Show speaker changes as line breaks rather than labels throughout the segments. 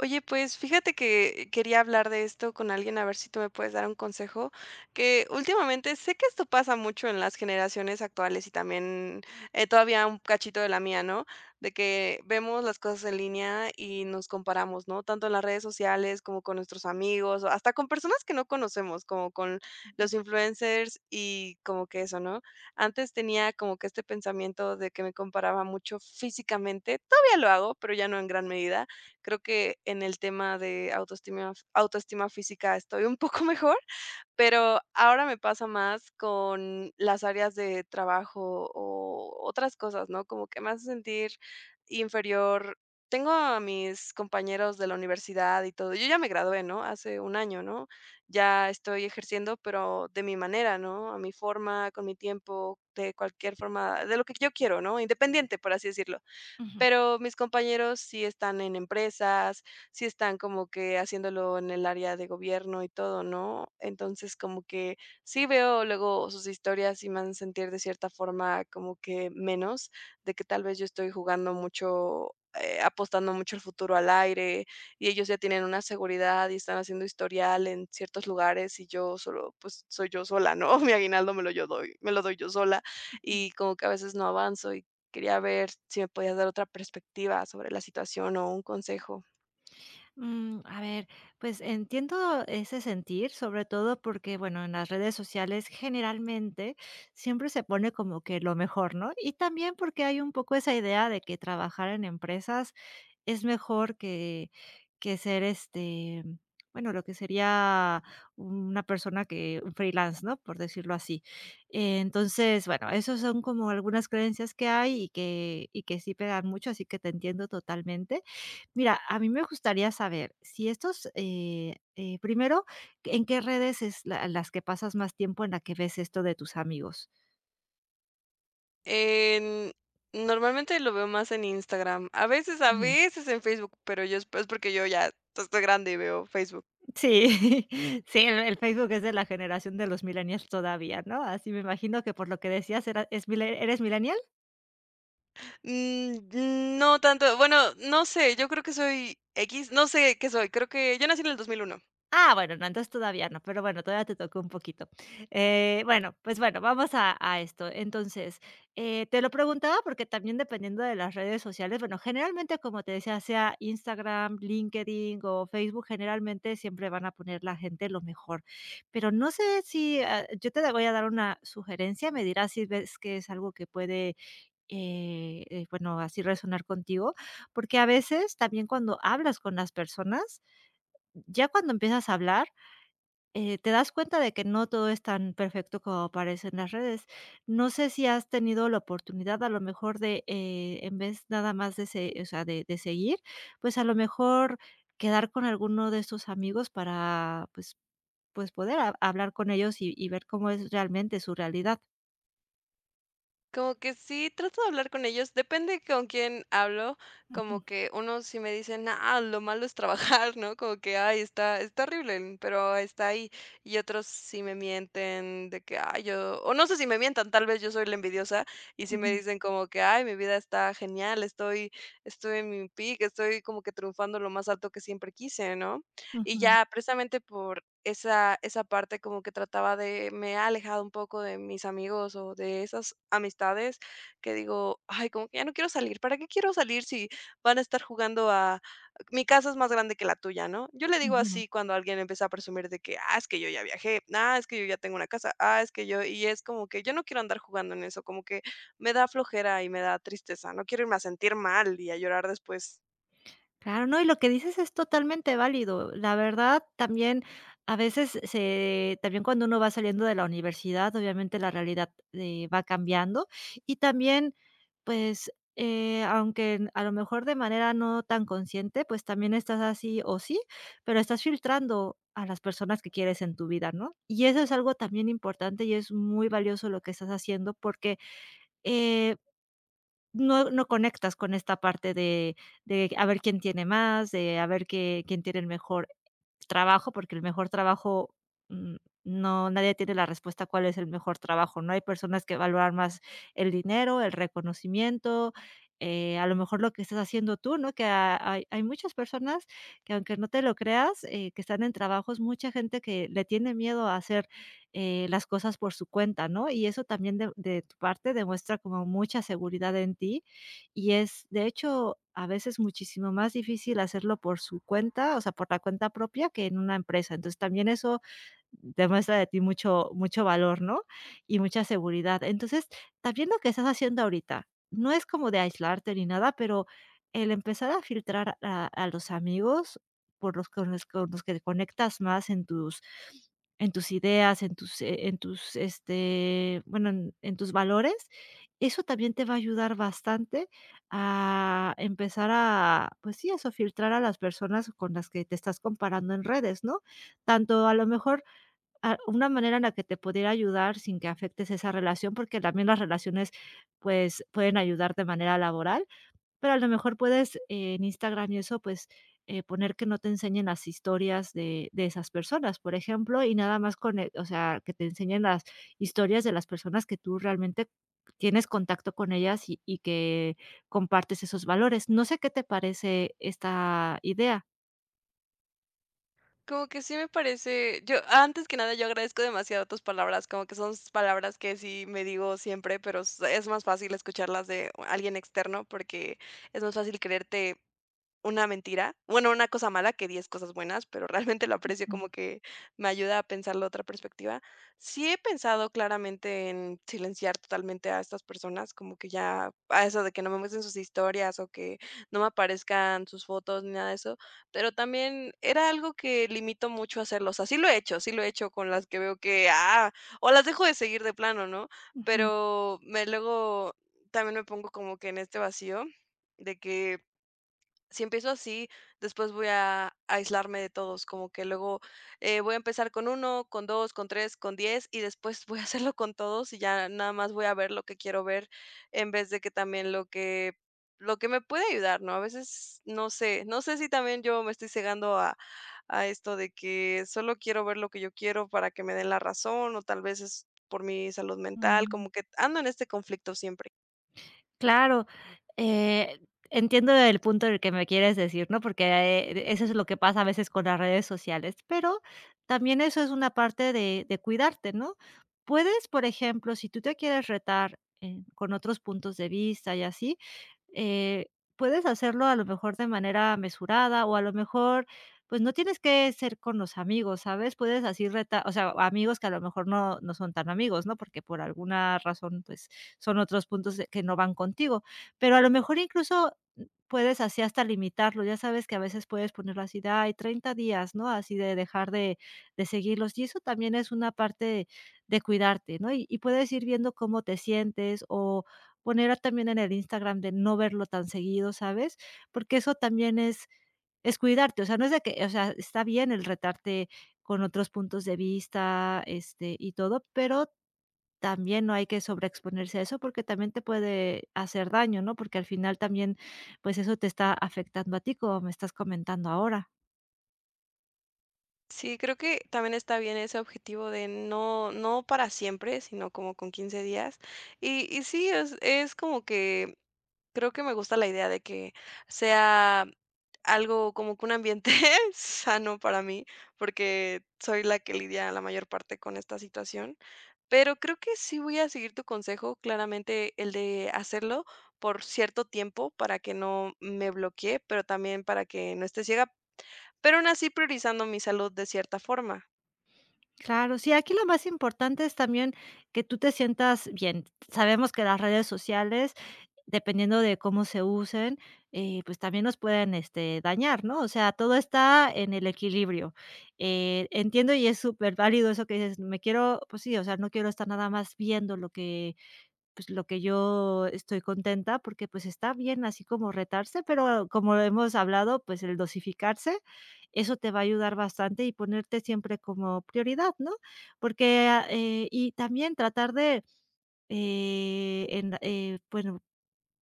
Oye, pues fíjate que quería hablar de esto con alguien, a ver si tú me puedes dar un consejo, que últimamente sé que esto pasa mucho en las generaciones actuales y también todavía un cachito de la mía, ¿no? De que vemos las cosas en línea y nos comparamos, ¿no? Tanto en las redes sociales como con nuestros amigos, o hasta con personas que no conocemos, como con los influencers y como que eso, ¿no? Antes tenía como que este pensamiento de que me comparaba mucho físicamente, todavía lo hago, pero ya no en gran medida. Creo que en el tema de autoestima física estoy un poco mejor, pero ahora me pasa más con las áreas de trabajo o otras cosas, ¿no? Como que me hace sentir inferior. Tengo a mis compañeros de la universidad y todo. Yo ya me gradué, ¿no? Hace un año, ¿no? Ya estoy ejerciendo, pero de mi manera, ¿no? A mi forma, con mi tiempo, de cualquier forma, de lo que yo quiero, ¿no? Independiente, por así decirlo.
Ujú.
Pero mis compañeros sí están en empresas, sí están como que haciéndolo en el área de gobierno y todo, ¿no? Entonces, como que sí veo luego sus historias y me hacen sentir de cierta forma como que menos, de que tal vez yo estoy jugando mucho, apostando mucho el futuro al aire y ellos ya tienen una seguridad y están haciendo historial en ciertos lugares y yo solo, pues soy yo sola, ¿no? Mi aguinaldo me lo yo doy, me lo doy yo sola y como que a veces no avanzo. Quería ver si me podías dar otra perspectiva sobre la situación o un consejo.
A ver, pues entiendo ese sentir, sobre todo porque, bueno, en las redes sociales generalmente siempre se pone como que lo mejor, ¿no? Y también porque hay un poco esa idea de que trabajar en empresas es mejor que, que ser, bueno, lo que sería una persona que, un freelance, ¿no? Por decirlo así. Entonces, bueno, esos son como algunas creencias que hay y que sí pegan mucho, así que te entiendo totalmente. Mira, a mí me gustaría saber si estos, primero, ¿en qué redes es la las que pasas más tiempo en la que ves esto de tus amigos?
En normalmente lo veo más en Instagram, a veces a
Ujú.
veces en Facebook, pero yo es porque yo ya estoy grande y veo Facebook.
Sí, sí, el Facebook es de la generación de los millennials todavía, ¿no? Así me imagino que por lo que decías, ¿era es mile eres millennial?
Mm, no tanto, bueno, no sé, yo creo que soy X, no sé qué soy, creo que yo nací en el 2001.
Ah, bueno, no, entonces todavía no, pero bueno, todavía te tocó un poquito. Bueno, pues bueno, vamos a esto. Entonces, te lo preguntaba porque también dependiendo de las redes sociales, bueno, generalmente, como te decía, sea Instagram, LinkedIn o Facebook, generalmente siempre van a poner la gente lo mejor. Pero no sé si, yo te voy a dar una sugerencia, me dirás si ves que es algo que puede, bueno, así resonar contigo, porque a veces también cuando hablas con las personas, ya cuando empiezas a hablar te das cuenta de que no todo es tan perfecto como aparece en las redes. No sé si has tenido la oportunidad a lo mejor de, en vez nada más de se o sea, de seguir, pues, a lo mejor quedar con alguno de estos amigos para, pues, poder ha hablar con ellos y ver cómo es realmente su realidad.
Como que sí, trato de hablar con ellos, depende con quién hablo, como
Ujú,
que unos sí me dicen: "Ah, lo malo es trabajar", ¿no? Como que: "Ay, está horrible, pero está ahí". Y otros sí me mienten de que: "Ay, yo", o no sé si me mientan, tal vez yo soy la envidiosa y sí me
ujú,
dicen como que: "Ay, mi vida está genial, estoy estoy en mi peak, estoy como que triunfando lo más alto que siempre quise", ¿no? Y
ujú,
ya precisamente por esa parte como que trataba de, me ha alejado un poco de mis amigos o de esas amistades que digo: "Ay, como que ya no quiero salir, ¿para qué quiero salir si van a estar jugando a mi casa es más grande que la tuya?", ¿no? Yo le digo
ujú.
así cuando alguien empieza a presumir de que: "Ah, es que yo ya viajé, ah, es que yo ya tengo una casa, ah, es que yo", y es como que yo no quiero andar jugando en eso, como que me da flojera y me da tristeza, no quiero irme a sentir mal y a llorar después.
Claro, no, y lo que dices es totalmente válido. La verdad, también a veces se también cuando uno va saliendo de la universidad, obviamente la realidad, va cambiando y también, pues, aunque a lo mejor de manera no tan consciente, pues también estás así, o sí, pero estás filtrando a las personas que quieres en tu vida, ¿no? Y eso es algo también importante y es muy valioso lo que estás haciendo porque, eh, no conectas con esta parte de a ver quién tiene más, de a ver qué quién tiene el mejor trabajo, porque el mejor trabajo, mm, no, nadie tiene la respuesta cuál es el mejor trabajo, ¿no? Hay personas que valoran más el dinero, el reconocimiento, a lo mejor lo que estás haciendo tú, ¿no? Que ha hay muchas personas que aunque no te lo creas, que están en trabajos, mucha gente que le tiene miedo a hacer las cosas por su cuenta, ¿no? Y eso también de tu parte demuestra como mucha seguridad en ti, y es, de hecho, a veces muchísimo más difícil hacerlo por su cuenta, o sea, por la cuenta propia que en una empresa. Entonces, también eso demuestra de ti mucho mucho valor, ¿no? Y mucha seguridad. Entonces, también lo que estás haciendo ahorita, no es como de aislarte ni nada, pero el empezar a filtrar a los amigos por los con los que te conectas más en tus ideas, en tus, este, bueno, en tus valores, eso también te va a ayudar bastante a empezar a, pues sí, eso, filtrar a las personas con las que te estás comparando en redes, ¿no? Tanto a lo mejor. Una manera en la que te pudiera ayudar sin que afectes esa relación, porque también las relaciones, pues, pueden ayudar de manera laboral, pero a lo mejor puedes en Instagram y eso, pues, poner que no te enseñen las historias de esas personas, por ejemplo, y nada más con o sea, que te enseñen las historias de las personas que tú realmente tienes contacto con ellas y que compartes esos valores. No sé qué te parece esta idea.
Como que sí me parece. Yo antes que nada, yo agradezco demasiado tus palabras, como que son palabras que sí me digo siempre, pero es más fácil escucharlas de alguien externo porque es más fácil creerte una mentira, bueno, una cosa mala que 10 cosas buenas, pero realmente lo aprecio,
Ujú,
como que me ayuda a pensarlo de otra perspectiva. Sí he pensado claramente en silenciar totalmente a estas personas, como que ya a eso de que no me muestren sus historias o que no me aparezcan sus fotos ni nada de eso, pero también era algo que limito mucho hacerlo, o sea, sí lo he hecho, sí lo he hecho con las que veo que, ah, o las dejo de seguir de plano, ¿no?
ujú,
Pero me, luego también me pongo como que en este vacío de que si empiezo así, después voy a aislarme de todos, como que luego voy a empezar con uno, con dos, con tres, con diez y después voy a hacerlo con todos y ya nada más voy a ver lo que quiero ver en vez de que también lo que me puede ayudar, ¿no? A veces no sé, no sé si también yo me estoy cegando a esto de que solo quiero ver lo que yo quiero para que me den la razón o tal vez es por mi salud mental,
mm.
como que ando en este conflicto siempre.
Claro, eh, entiendo el punto del que me quieres decir, ¿no? Porque, eso es lo que pasa a veces con las redes sociales, pero también eso es una parte de cuidarte, ¿no? Puedes, por ejemplo, si tú te quieres retar, con otros puntos de vista y así, eh, puedes hacerlo a lo mejor de manera mesurada o a lo mejor, pues, no tienes que ser con los amigos, ¿sabes? Puedes así reta o sea, amigos que a lo mejor no son tan amigos, ¿no? Porque por alguna razón, pues, son otros puntos de que no van contigo. Pero a lo mejor incluso puedes así hasta limitarlo, ya sabes que a veces puedes ponerlo así de, ay, 30 días, ¿no? Así de dejar de seguirlos, y eso también es una parte de cuidarte, ¿no? Y puedes ir viendo cómo te sientes o poner también en el Instagram de no verlo tan seguido, ¿sabes? Porque eso también es cuidarte, o sea, no es de que o sea, está bien el retarte con otros puntos de vista, este, y todo, pero también no hay que sobreexponerse a eso porque también te puede hacer daño, ¿no? Porque al final también, pues eso te está afectando a ti, como me estás comentando ahora.
Sí, creo que también está bien ese objetivo de no para siempre, sino como con 15 días. Y sí, es como que creo que me gusta la idea de que sea algo como que un ambiente sano para mí, porque soy la que lidia la mayor parte con esta situación. Pero creo que sí voy a seguir tu consejo, claramente el de hacerlo por cierto tiempo para que no me bloquee, pero también para que no esté ciega, pero aún así priorizando mi salud de cierta forma.
Claro, sí, aquí lo más importante es también que tú te sientas bien. Sabemos que las redes sociales, dependiendo de cómo se usen, pues también nos pueden este, dañar, ¿no? O sea, todo está en el equilibrio. Entiendo y es súper válido eso que dices, me quiero, pues sí, o sea, no quiero estar nada más viendo lo que pues, lo que yo estoy contenta, porque, pues, está bien así como retarse, pero como hemos hablado, pues, el dosificarse, eso te va a ayudar bastante y ponerte siempre como prioridad, ¿no? Porque, y también tratar de, en bueno,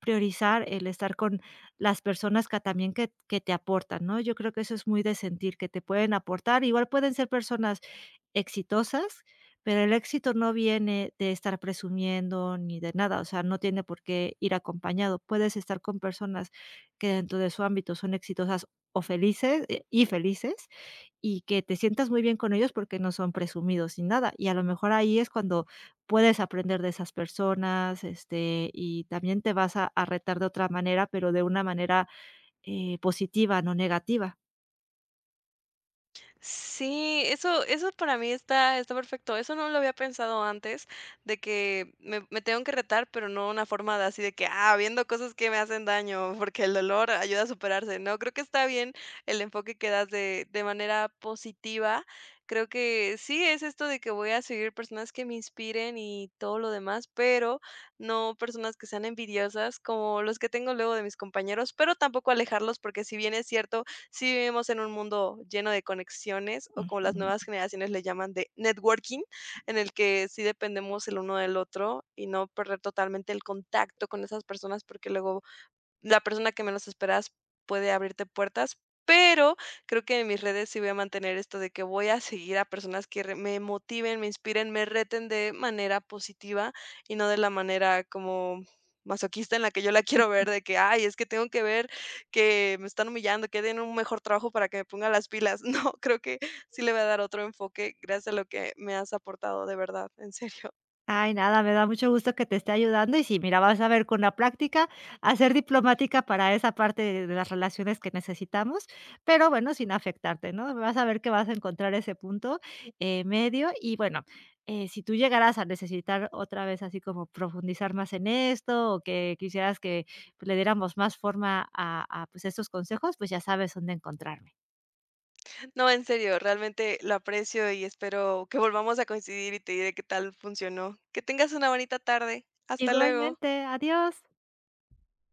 priorizar el estar con las personas que también que te aportan, ¿no? Yo creo que eso es muy de sentir, que te pueden aportar. Igual pueden ser personas exitosas, pero el éxito no viene de estar presumiendo ni de nada, o sea, no tiene por qué ir acompañado. Puedes estar con personas que dentro de su ámbito son exitosas o felices, y felices, y que te sientas muy bien con ellos porque no son presumidos ni nada. Y a lo mejor ahí es cuando puedes aprender de esas personas, este, y también te vas a retar de otra manera, pero de una manera, positiva, no negativa.
Sí, eso para mí está perfecto. Eso no lo había pensado antes, de que me tengo que retar, pero no una forma de así de que, ah, viendo cosas que me hacen daño, porque el dolor ayuda a superarse, ¿no? Creo que está bien el enfoque que das de manera positiva. Creo que sí es esto de que voy a seguir personas que me inspiren y todo lo demás, pero no personas que sean envidiosas, como los que tengo luego de mis compañeros, pero tampoco alejarlos, porque si bien es cierto sí vivimos en un mundo lleno de conexiones o como las
Ujú.
nuevas generaciones le llaman de networking, en el que sí dependemos el uno del otro y no perder totalmente el contacto con esas personas porque luego la persona que menos esperas puede abrirte puertas, pero creo que en mis redes sí voy a mantener esto de que voy a seguir a personas que me motiven, me inspiren, me reten de manera positiva y no de la manera como masoquista en la que yo la quiero ver, de que, ay, es que tengo que ver que me están humillando, que den un mejor trabajo para que me ponga las pilas. No, creo que sí le voy a dar otro enfoque gracias a lo que me has aportado, de verdad, en serio.
Ay, nada, me da mucho gusto que te esté ayudando y sí, mira, vas a ver con la práctica a ser diplomática para esa parte de las relaciones que necesitamos, pero bueno, sin afectarte, ¿no? Vas a ver que vas a encontrar ese punto medio y bueno, si tú llegaras a necesitar otra vez así como profundizar más en esto o que quisieras que le diéramos más forma a pues estos consejos, pues ya sabes dónde encontrarme.
No, en serio, realmente lo aprecio y espero que volvamos a coincidir y te diré qué tal funcionó. Que tengas una bonita tarde. Hasta luego.
Igualmente, adiós.